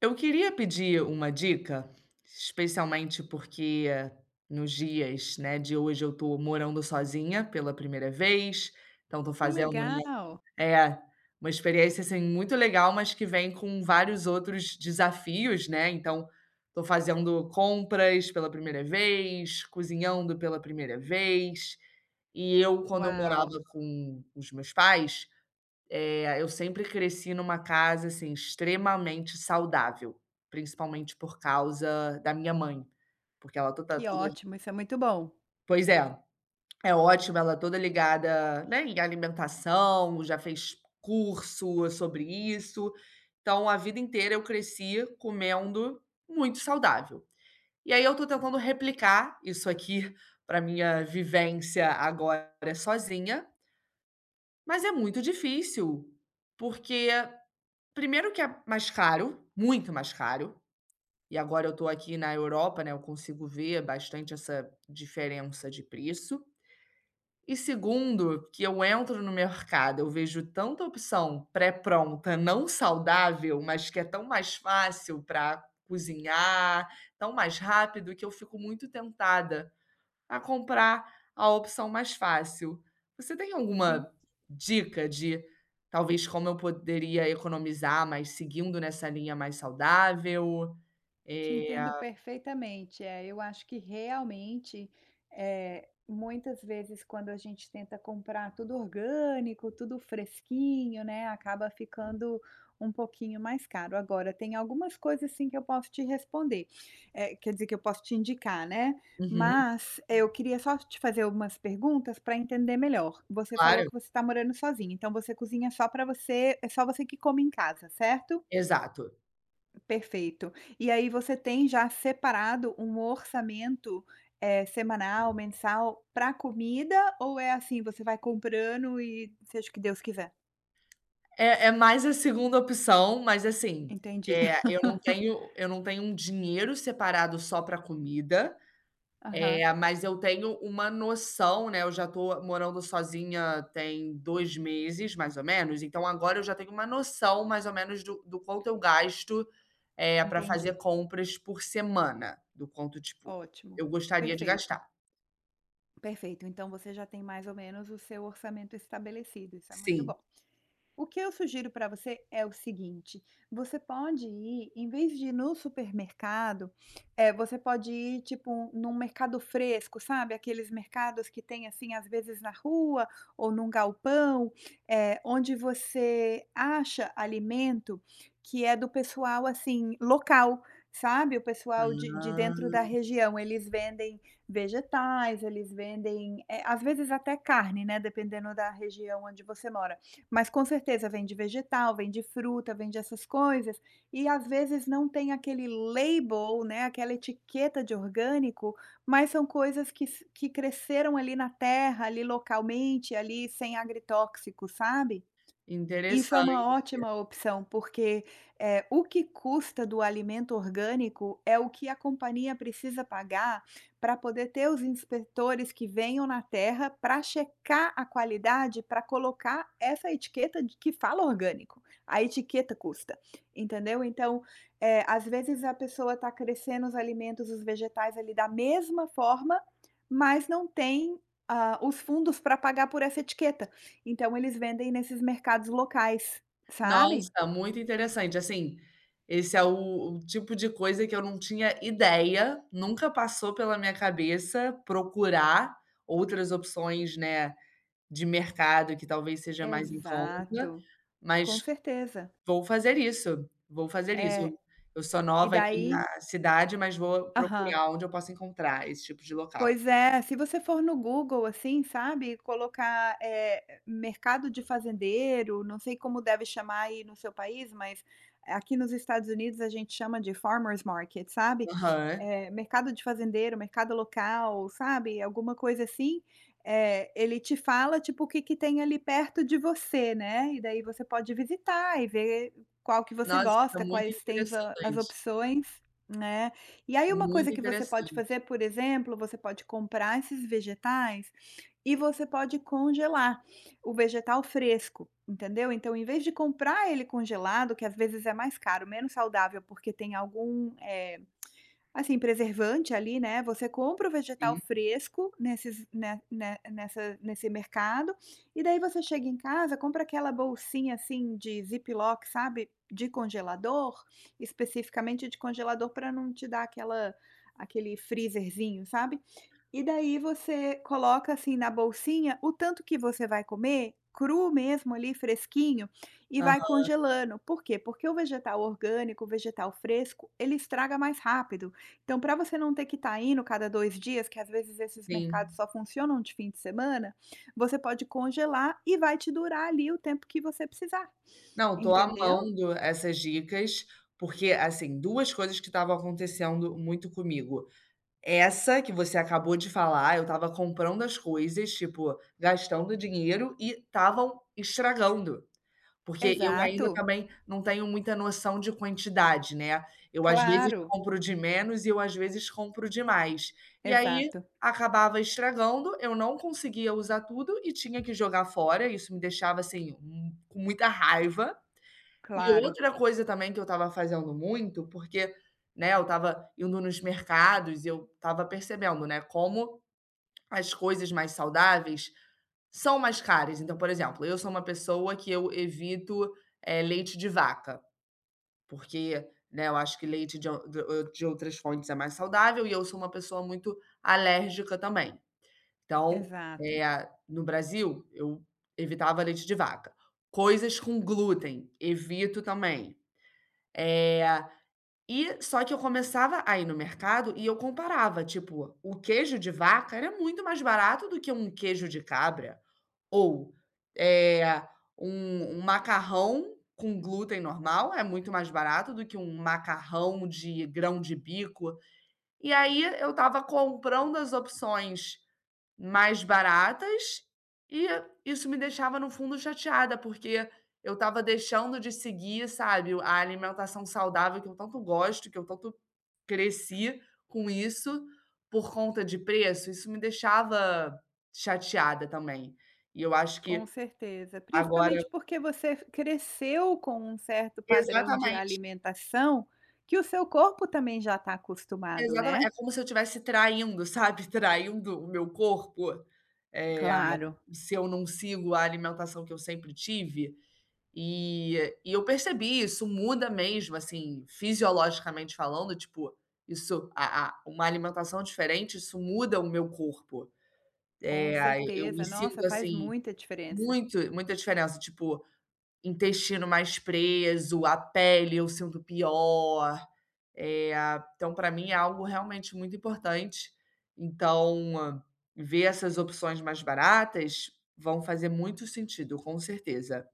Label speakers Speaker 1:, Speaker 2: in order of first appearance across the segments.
Speaker 1: Eu queria pedir uma dica, especialmente porque nos dias, né, de hoje eu tô morando sozinha pela primeira vez, então tô
Speaker 2: Que
Speaker 1: fazendo, né,
Speaker 2: legal!
Speaker 1: é, uma experiência, assim, muito legal, mas que vem com vários outros desafios, né, então tô fazendo compras pela primeira vez, cozinhando pela primeira vez, e eu, quando eu
Speaker 2: Uau,
Speaker 1: morava com os meus pais, é, eu sempre cresci numa casa, assim, extremamente saudável, principalmente por causa da minha mãe, porque ela toda
Speaker 2: que
Speaker 1: toda
Speaker 2: ótimo, isso é muito bom.
Speaker 1: pois é, é ótimo, ela toda ligada, né, em alimentação, já fez curso sobre isso, então a vida inteira eu cresci comendo muito saudável. E aí eu tô tentando replicar isso aqui para minha vivência agora sozinha, mas é muito difícil, porque primeiro que é mais caro, muito mais caro, e agora eu estou aqui na Europa, né, eu consigo ver bastante essa diferença de preço. E segundo, que eu entro no mercado, eu vejo tanta opção pré-pronta, não saudável, mas que é tão mais fácil para cozinhar, tão mais rápido, que eu fico muito tentada a comprar a opção mais fácil. Você tem
Speaker 2: Te
Speaker 1: alguma dica de talvez como eu poderia economizar, mas seguindo nessa linha mais saudável?
Speaker 2: Te
Speaker 1: Eh
Speaker 2: entendo perfeitamente. É, eu acho que realmente, muitas vezes quando a gente tenta comprar tudo orgânico, tudo fresquinho, né, acaba ficando um pouquinho mais caro. Agora, tem algumas coisas sim que eu posso te responder, quer dizer que eu posso te indicar, né,
Speaker 1: uhum,
Speaker 2: mas é, eu queria só te fazer algumas perguntas para entender melhor. Você falou
Speaker 1: claro,
Speaker 2: que você está morando sozinha, então você cozinha só para você, é só você que come em casa, certo?
Speaker 1: exato.
Speaker 2: Perfeito. E aí você tem já separado um orçamento, semanal, mensal para comida ou é assim, você vai comprando e seja o que Deus quiser?
Speaker 1: É mais a segunda opção, mas assim,
Speaker 2: Entendi.
Speaker 1: é, eu não tenho eu não tenho um dinheiro separado só para comida.
Speaker 2: Aham,
Speaker 1: É, mas eu tenho uma noção, né, eu já tô morando sozinha tem 2 meses, mais ou menos, então agora eu já tenho uma noção, mais ou menos, do quanto eu gasto, é para
Speaker 2: entendi.
Speaker 1: fazer compras por semana, do quanto, tipo,
Speaker 2: Ótimo.
Speaker 1: eu gostaria de
Speaker 2: Perfeito,
Speaker 1: gastar.
Speaker 2: perfeito. Então você já tem mais ou menos o seu orçamento estabelecido, isso é muito
Speaker 1: Sim.
Speaker 2: bom. O que eu sugiro para você é o seguinte: você pode ir, em vez de ir no supermercado, você pode ir tipo num mercado fresco, sabe? Aqueles mercados que tem assim, às vezes na rua ou num galpão, onde você acha alimento que é do pessoal assim, local. Sabe, o pessoal de
Speaker 1: Ah,
Speaker 2: dentro da região, eles vendem vegetais, eles vendem, às vezes até carne, né? Dependendo da região onde você mora, mas com certeza vem de vegetal, vem de fruta, vem de essas coisas, e às vezes não tem aquele label, né, aquela etiqueta de orgânico, mas são coisas que cresceram ali na terra, ali localmente, ali sem agrotóxico, sabe? Isso é uma
Speaker 1: interessante.
Speaker 2: ótima opção, porque, o que custa do alimento orgânico é o que a companhia precisa pagar para poder ter os inspetores que venham na terra para checar a qualidade, para colocar essa etiqueta de que fala orgânico. A etiqueta custa, entendeu? Então, às vezes a pessoa está crescendo os alimentos, os vegetais ali da mesma forma, mas não tem, ah, os fundos para pagar por essa etiqueta. Então eles vendem nesses mercados locais, sabe?
Speaker 1: Nossa, muito interessante, assim, esse é o tipo de coisa que eu não tinha ideia, nunca passou pela minha cabeça procurar outras opções, né, de mercado que talvez seja mais em conta,
Speaker 2: Exato, com
Speaker 1: mas
Speaker 2: certeza.
Speaker 1: vou fazer isso, vou fazer isso.
Speaker 2: É,
Speaker 1: Eu sou
Speaker 2: e
Speaker 1: nova aqui na
Speaker 2: daí
Speaker 1: cidade, mas vou
Speaker 2: aham.
Speaker 1: procurar onde eu possa encontrar esse tipo de local.
Speaker 2: Pois é, se você for no Google, assim, sabe, colocar, mercado de fazendeiro, não sei como deve chamar aí no seu país, mas aqui nos Estados Unidos a gente chama de farmers market, sabe?
Speaker 1: Aham.
Speaker 2: Mercado de fazendeiro, mercado local, sabe? Alguma coisa assim. Ele te fala, tipo, o que que tem ali perto de você, né? E daí você pode visitar e ver qual que você
Speaker 1: Nossa,
Speaker 2: gosta,
Speaker 1: muito
Speaker 2: quais tens as
Speaker 1: interessante,
Speaker 2: opções, né? E aí uma coisa
Speaker 1: muito
Speaker 2: que você
Speaker 1: interessante,
Speaker 2: pode fazer, por exemplo, você pode comprar esses vegetais e você pode congelar o vegetal fresco, entendeu? Então, em vez de comprar ele congelado, que às vezes é mais caro, menos saudável, porque tem algum, Assim, preservante ali, né, você compra o vegetal
Speaker 1: sim.
Speaker 2: fresco nesses nessa nesse mercado, e daí você chega em casa, compra aquela bolsinha, assim, de Ziploc, sabe, de congelador, especificamente de congelador para não te dar aquela aquele freezerzinho, sabe. E daí você coloca, assim, na bolsinha o tanto que você vai comer, cru mesmo ali, fresquinho, e vai
Speaker 1: Aham,
Speaker 2: congelando. Por quê? Porque o vegetal orgânico, o vegetal fresco, ele estraga mais rápido. Então, para você não ter que estar indo cada 2 dias, que às vezes esses mercados
Speaker 1: sim.
Speaker 2: só funcionam de fim de semana, você pode congelar e vai te durar ali o tempo que você precisar,
Speaker 1: Não, tô
Speaker 2: entendeu?
Speaker 1: amando essas dicas, porque, assim, 2 coisas que estavam acontecendo muito comigo. Essa que você acabou de falar, eu estava comprando as coisas, tipo, gastando dinheiro e estavam estragando, porque eu
Speaker 2: Exato,
Speaker 1: ainda também não tenho muita noção de quantidade, né. Eu às vezes
Speaker 2: claro,
Speaker 1: compro de menos e eu às vezes compro de mais. E aí
Speaker 2: exato,
Speaker 1: acabava estragando, eu não conseguia usar tudo e tinha que jogar fora, isso me deixava, assim, com muita raiva. E
Speaker 2: claro,
Speaker 1: outra coisa também que eu estava fazendo muito, porque, né, eu estava indo nos mercados e eu estava percebendo, né, como as coisas mais saudáveis são mais caras. Então, por exemplo, eu sou uma pessoa que eu evito, leite de vaca, porque, né, eu acho que leite de ou de ou de outras fontes é mais saudável e eu sou uma pessoa muito alérgica também. Então,
Speaker 2: exato.
Speaker 1: no Brasil, eu evitava leite de vaca. Coisas com glúten, evito também. Eh e só que eu começava a ir no mercado e eu comparava, tipo, o queijo de vaca era muito mais barato do que um queijo de cabra ou, eh, um macarrão com glúten normal é muito mais barato do que um macarrão de grão de bico. E aí eu tava comprando as opções mais baratas, e isso me deixava no fundo chateada, porque eu estava deixando de seguir, sabe, a alimentação saudável que eu tanto gosto, que eu tanto cresci com isso, por conta de preço, isso me deixava chateada também. E eu acho
Speaker 2: Com
Speaker 1: que
Speaker 2: certeza,
Speaker 1: agora
Speaker 2: principalmente porque você cresceu com um certo padrão de
Speaker 1: exatamente,
Speaker 2: alimentação que o seu corpo também já está acostumado,
Speaker 1: exatamente, é
Speaker 2: né?
Speaker 1: como se eu estivesse traindo, sabe, traindo o meu corpo, eh,
Speaker 2: Claro,
Speaker 1: se eu não sigo a alimentação que eu sempre tive, e e eu percebi, isso muda mesmo, assim, fisiologicamente falando, tipo, isso a uma alimentação diferente, isso muda o meu corpo.
Speaker 2: com
Speaker 1: É, aí eu me
Speaker 2: certeza. Nossa,
Speaker 1: sinto,
Speaker 2: faz
Speaker 1: assim,
Speaker 2: muita diferença.
Speaker 1: muito muita diferença, tipo, intestino mais preso, a pele eu sinto pior, eh, então para mim é algo realmente muito importante. Então, ver essas opções mais baratas vão fazer muito sentido, com certeza.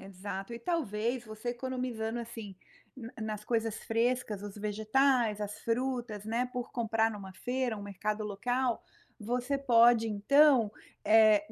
Speaker 2: Exato. E talvez você economizando assim nas coisas frescas, os vegetais, as frutas, né? Por comprar numa feira, um mercado local, você pode então eh,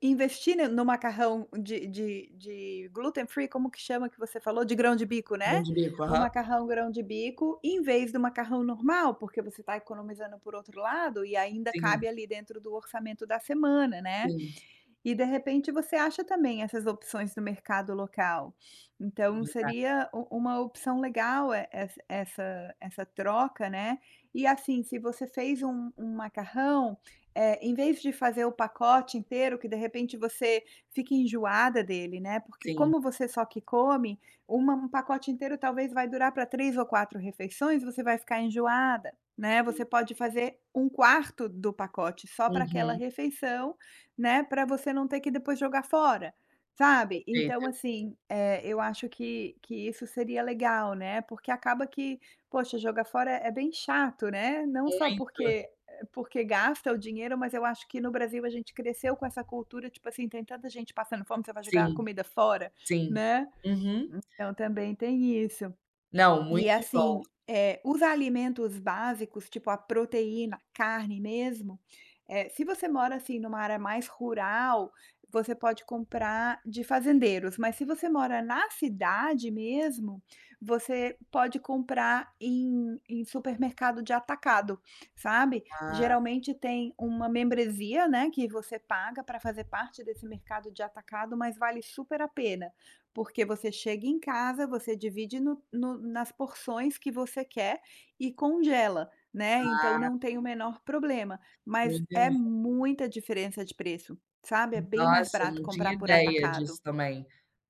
Speaker 2: investir ne no macarrão de gluten free, como que chama que você falou? De grão de bico, né?
Speaker 1: Mão de bico,
Speaker 2: O
Speaker 1: aham.
Speaker 2: macarrão grão de bico, em vez do macarrão normal, porque você está economizando por outro lado e ainda cabe
Speaker 1: Sim,
Speaker 2: ali dentro do orçamento da semana, né.
Speaker 1: sim.
Speaker 2: E de repente você acha também essas opções no mercado local. Então
Speaker 1: Exato,
Speaker 2: seria u uma opção legal e essa troca, né. E assim, se você fez um macarrão, em vez de fazer o pacote inteiro, que de repente você fica enjoada dele, né, porque
Speaker 1: sim.
Speaker 2: como você só que come, uma um pacote inteiro talvez vai durar para 3 ou 4 refeições, você vai ficar enjoada, né. Você pode fazer um quarto do pacote só para aquela
Speaker 1: Uhum.
Speaker 2: refeição, né, para você não ter que depois jogar fora, sabe. Então
Speaker 1: Perfeito.
Speaker 2: assim, eu acho que isso seria legal, né, porque acaba que, poxa, jogar fora é bem chato, né, não só
Speaker 1: Muito.
Speaker 2: porque gasta o dinheiro, mas eu acho que no Brasil a gente cresceu com essa cultura, tipo assim, tem tanta gente passando fome, você vai jogar
Speaker 1: Sim,
Speaker 2: comida fora,
Speaker 1: sim.
Speaker 2: né.
Speaker 1: Uhum.
Speaker 2: Então também tem isso.
Speaker 1: Não, muito
Speaker 2: E
Speaker 1: bom.
Speaker 2: assim, os alimentos básicos, tipo a proteína, carne mesmo, se você mora assim numa área mais rural, você pode comprar de fazendeiros, mas se você mora na cidade mesmo, você pode comprar em supermercado de atacado, sabe?
Speaker 1: Ah,
Speaker 2: Geralmente tem uma membresia, né, que você paga para fazer parte desse mercado de atacado, mas vale super a pena. Porque você chega em casa, você divide no no nas porções que você quer e congela, né, então não tem o menor problema, mas
Speaker 1: muito
Speaker 2: é
Speaker 1: bom.
Speaker 2: muita diferença de preço, sabe, é bem mais
Speaker 1: Nossa,
Speaker 2: barato
Speaker 1: não
Speaker 2: comprar
Speaker 1: tinha
Speaker 2: por
Speaker 1: ideia
Speaker 2: atacado.
Speaker 1: disso também,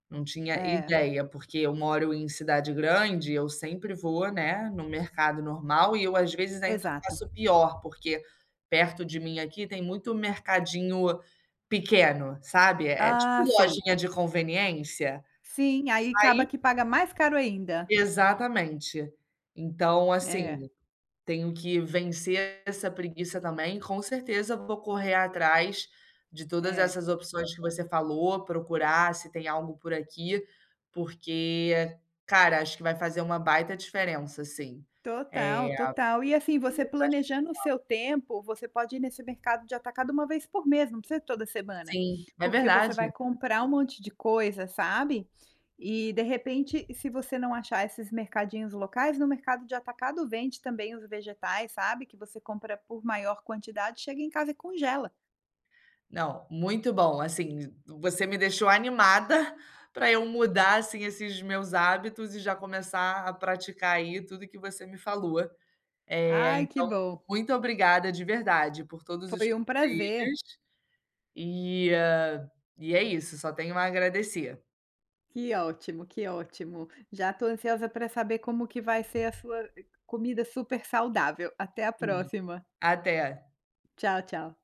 Speaker 1: não tinha
Speaker 2: É,
Speaker 1: ideia, porque eu moro em cidade grande, eu sempre vou, né, no mercado normal e eu às vezes ainda
Speaker 2: exato.
Speaker 1: faço pior, porque perto de mim aqui tem muito mercadinho pequeno, sabe, é tipo
Speaker 2: Ah, sei.
Speaker 1: lojinha de conveniência.
Speaker 2: Sim, aí acaba
Speaker 1: Aí
Speaker 2: que paga mais caro ainda.
Speaker 1: exatamente. Então,
Speaker 2: É,
Speaker 1: assim, tenho que vencer essa preguiça também. Com certeza vou correr atrás de todas
Speaker 2: é.
Speaker 1: essas opções que você falou, procurar se tem algo por aqui, porque, cara, acho que vai fazer uma baita diferença, assim. É,
Speaker 2: Total, total. E assim, você planejando o seu tempo, você pode ir nesse mercado de atacado uma vez por mês, não precisa toda semana,
Speaker 1: sim, é
Speaker 2: porque você
Speaker 1: verdade.
Speaker 2: vai comprar um monte de coisa, sabe? E de repente, se você não achar esses mercadinhos locais, no mercado de atacado vende também os vegetais, sabe? Que você compra por maior quantidade, chega em casa e congela.
Speaker 1: Não, muito bom. Assim, você me deixou animada para eu mudar, assim, esses meus hábitos e já começar a praticar aí tudo que você me falou.
Speaker 2: Ai, que
Speaker 1: Então,
Speaker 2: bom.
Speaker 1: muito obrigada de verdade por todos os
Speaker 2: Foi um prazer.
Speaker 1: conselhos e, e é isso, só tenho a agradecer.
Speaker 2: Que ótimo, que ótimo. Já estou ansiosa para saber como que vai ser a sua comida super saudável. Até a
Speaker 1: Sim,
Speaker 2: próxima.
Speaker 1: até.
Speaker 2: Tchau, tchau.